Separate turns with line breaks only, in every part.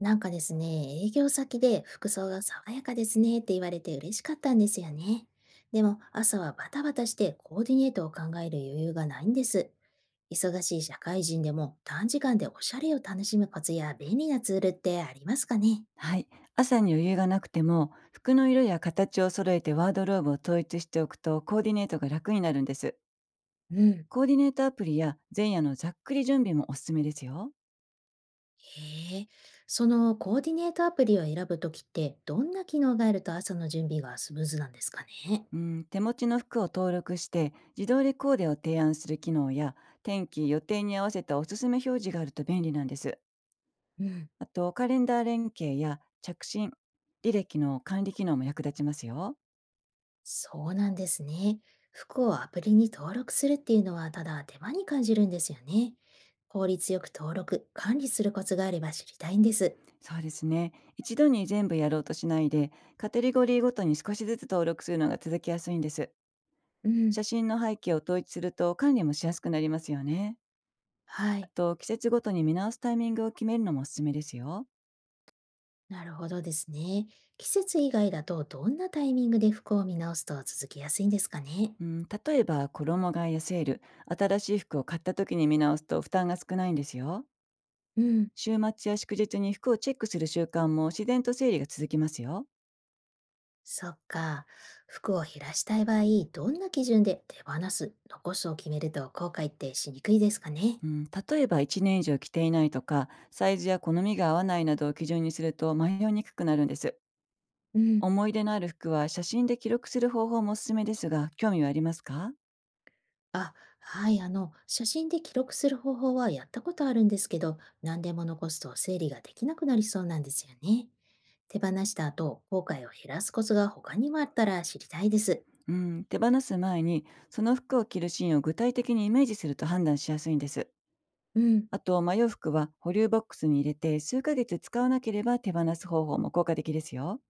なんかですね、営業先で服装が爽やかですねって言われて嬉しかったんですよね。でも朝はバタバタしてコーディネートを考える余裕がないんです。忙しい社会人でも短時間でおしゃれを楽しむコツや便利なツールってありますかね？
はい。朝に余裕がなくても、服の色や形を揃えてワードローブを統一しておくと、コーディネートが楽になるんです。
うん。
コーディネートアプリや前夜のざっくり準備もおすすめですよ。
へえ、そのコーディネートアプリを選ぶときってどんな機能があると朝の準備がスムーズなんですかね？
うん、手持ちの服を登録して、自動でコーデを提案する機能や、天気、予定に合わせたおすすめ表示があると便利なんです。
うん。
あと、カレンダー連携や着信、履歴の管理機能も役立ちますよ。
そうなんですね。服をアプリに登録するっていうのはただ手間に感じるんですよね。効率よく登録、管理するコツがあれば知りたいんです。
そうですね。一度に全部やろうとしないで、カテゴリーごとに少しずつ登録するのが続きやすいんです。
うん。
写真の背景を統一すると管理もしやすくなりますよね。
は
あ
い。
と、季節ごとに見直すタイミングを決めるのもおすすめですよ。
なるほどですね。季節以外だとどんなタイミングで服を見直すと続きやすいんですかね。
うん、例えば、衣替えやセール、新しい服を買った時に見直すと負担が少ないんですよ。
うん。
週末や祝日に服をチェックする習慣も自然と整理が続きますよ。
そっか。服を減らしたい場合、どんな基準で手放す、残すを決めると後悔ってしにくいですかね。
うん、例えば1年以上着ていないとか、サイズや好みが合わないなどを基準にすると迷いにくくなるんです。
うん。
思い出のある服は写真で記録する方法もおすすめですが、興味はありますか？
あ、はい、写真で記録する方法はやったことあるんですけど、何でも残すと整理ができなくなりそうなんですよね。手放した後、後悔を減らすコツが他にもあったら知りたいです。
うん、手放す前にその服を着るシーンを具体的にイメージすると判断しやすいんです。
うん。
あと迷う服は保留ボックスに入れて数ヶ月使わなければ手放す方法も効果的ですよ。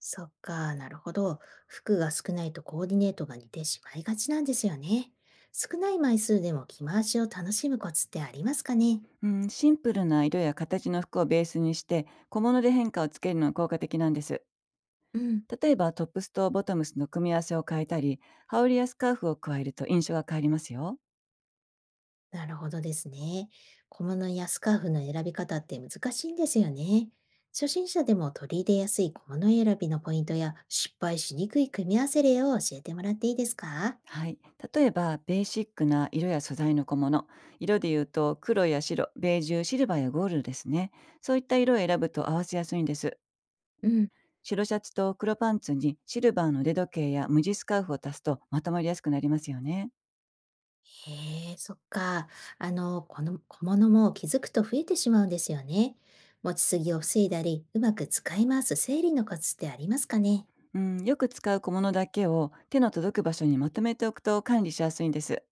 そっか、なるほど。服が少ないとコーディネートが似てしまいがちなんですよね。少ない枚数でも着回しを楽しむコツってありますかね？
うん、シンプルな色や形の服をベースにして小物で変化をつけるのが効果的なんです。
うん。
例えばトップスとボトムスの組み合わせを変えたり羽織やスカーフを加えると印象が変わりますよ。
なるほどですね。小物やスカーフの選び方って難しいんですよね。初心者でも取り入れやすい小物選びのポイントや失敗しにくい組み合わせ例を教えてもらっていいですか？
はい、例えばベーシックな色や素材の小物、色でいうと黒や白、ベージュ、シルバーやゴールドですね。そういった色を選ぶと合わせやすいんです。
うん、
白シャツと黒パンツにシルバーの腕時計や無地スカーフを足すとまとまりやすくなりますよね。
へえ、そっか。この小物も気づくと増えてしまうんですよね。持ちすぎを防いだり、うまく使い回す整理のコツってありますかね？
うん、よく使う小物だけを手の届く場所にまとめておくと管理しやすいんです。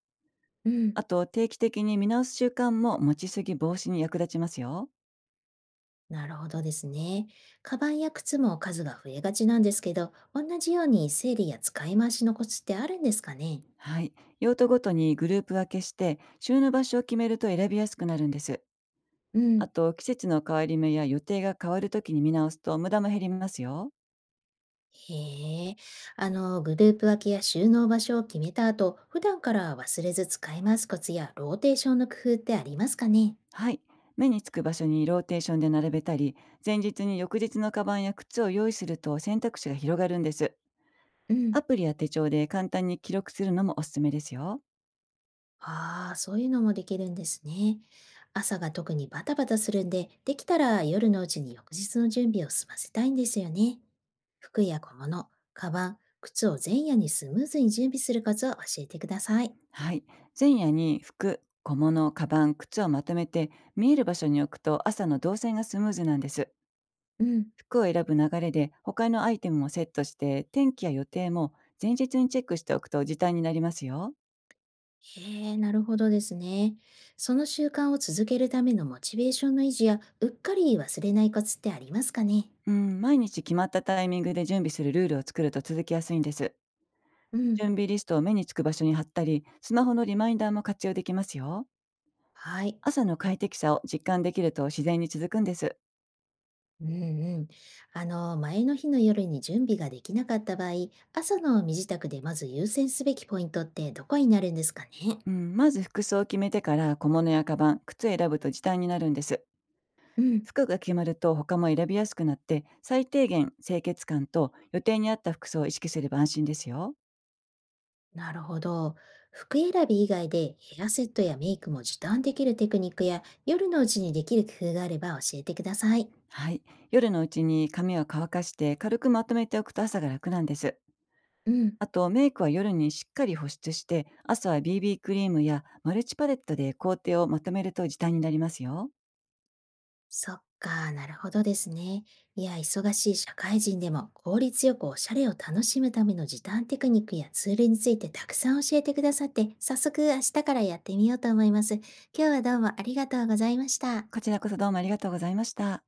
うん。
あと定期的に見直す習慣も持ちすぎ防止に役立ちますよ。
なるほどですね。カバンや靴も数が増えがちなんですけど、同じように整理や使い回しのコツってあるんですかね？
はい。用途ごとにグループ分けして、収納場所を決めると選びやすくなるんです。
う
あ
ん、
と、季節の変わり目や予定が変わるときに見直すと無駄も減りますよ。
へえ。グループ分けや収納場所を決めた後、普段から忘れず使い回すコツやローテーションの工夫ってありますかね？
はい。目につく場所にローテーションで並べたり、前日に翌日のカバンや靴を用意すると選択肢が広がるんです。
うん。
アプリや手帳で簡単に記録するのもおすすめですよ。
ああ、そういうのもできるんですね。朝が特にバタバタするんで、できたら夜のうちに翌日の準備を済ませたいんですよね。服や小物、カバン、靴を前夜にスムーズに準備するコツを教えてください。
はい。前夜に服、小物、カバン、靴をまとめて見える場所に置くと朝の動線がスムーズなんです。
うん。
服を選ぶ流れで他のアイテムもセットして天気や予定も前日にチェックしておくと時短になりますよ。
へえ、なるほどですね。その習慣を続けるためのモチベーションの維持や、うっかり忘れないコツってありますかね？
うん、毎日決まったタイミングで準備するルールを作ると続きやすいんです。
うん。
準備リストを目につく場所に貼ったり、スマホのリマインダーも活用できますよ。
はい。
朝の快適さを実感できると自然に続くんです。
うん。うん。前の日の夜に準備ができなかった場合、朝の身支度でまず優先すべきポイントってどこになるんですかね？
うん、まず服装を決めてから小物やカバン、靴を選ぶと時短になるんです。
うん。
服が決まると他も選びやすくなって、最低限清潔感と予定に合った服装を意識すれば安心ですよ。
なるほど。服選び以外でヘアセットやメイクも時短できるテクニックや夜のうちにできる工夫があれば教えてください。
はい。夜のうちに髪は乾かして軽くまとめておくと朝が楽なんです。
うん。
あとメイクは夜にしっかり保湿して朝は BB クリームやマルチパレットで工程をまとめると時短になりますよ。
そっか、なるほどですね。いや、忙しい社会人でも効率よくおしゃれを楽しむための時短テクニックやツールについてたくさん教えてくださって、早速明日からやってみようと思います。今日はどうもありがとうございました。
こちらこそどうもありがとうございました。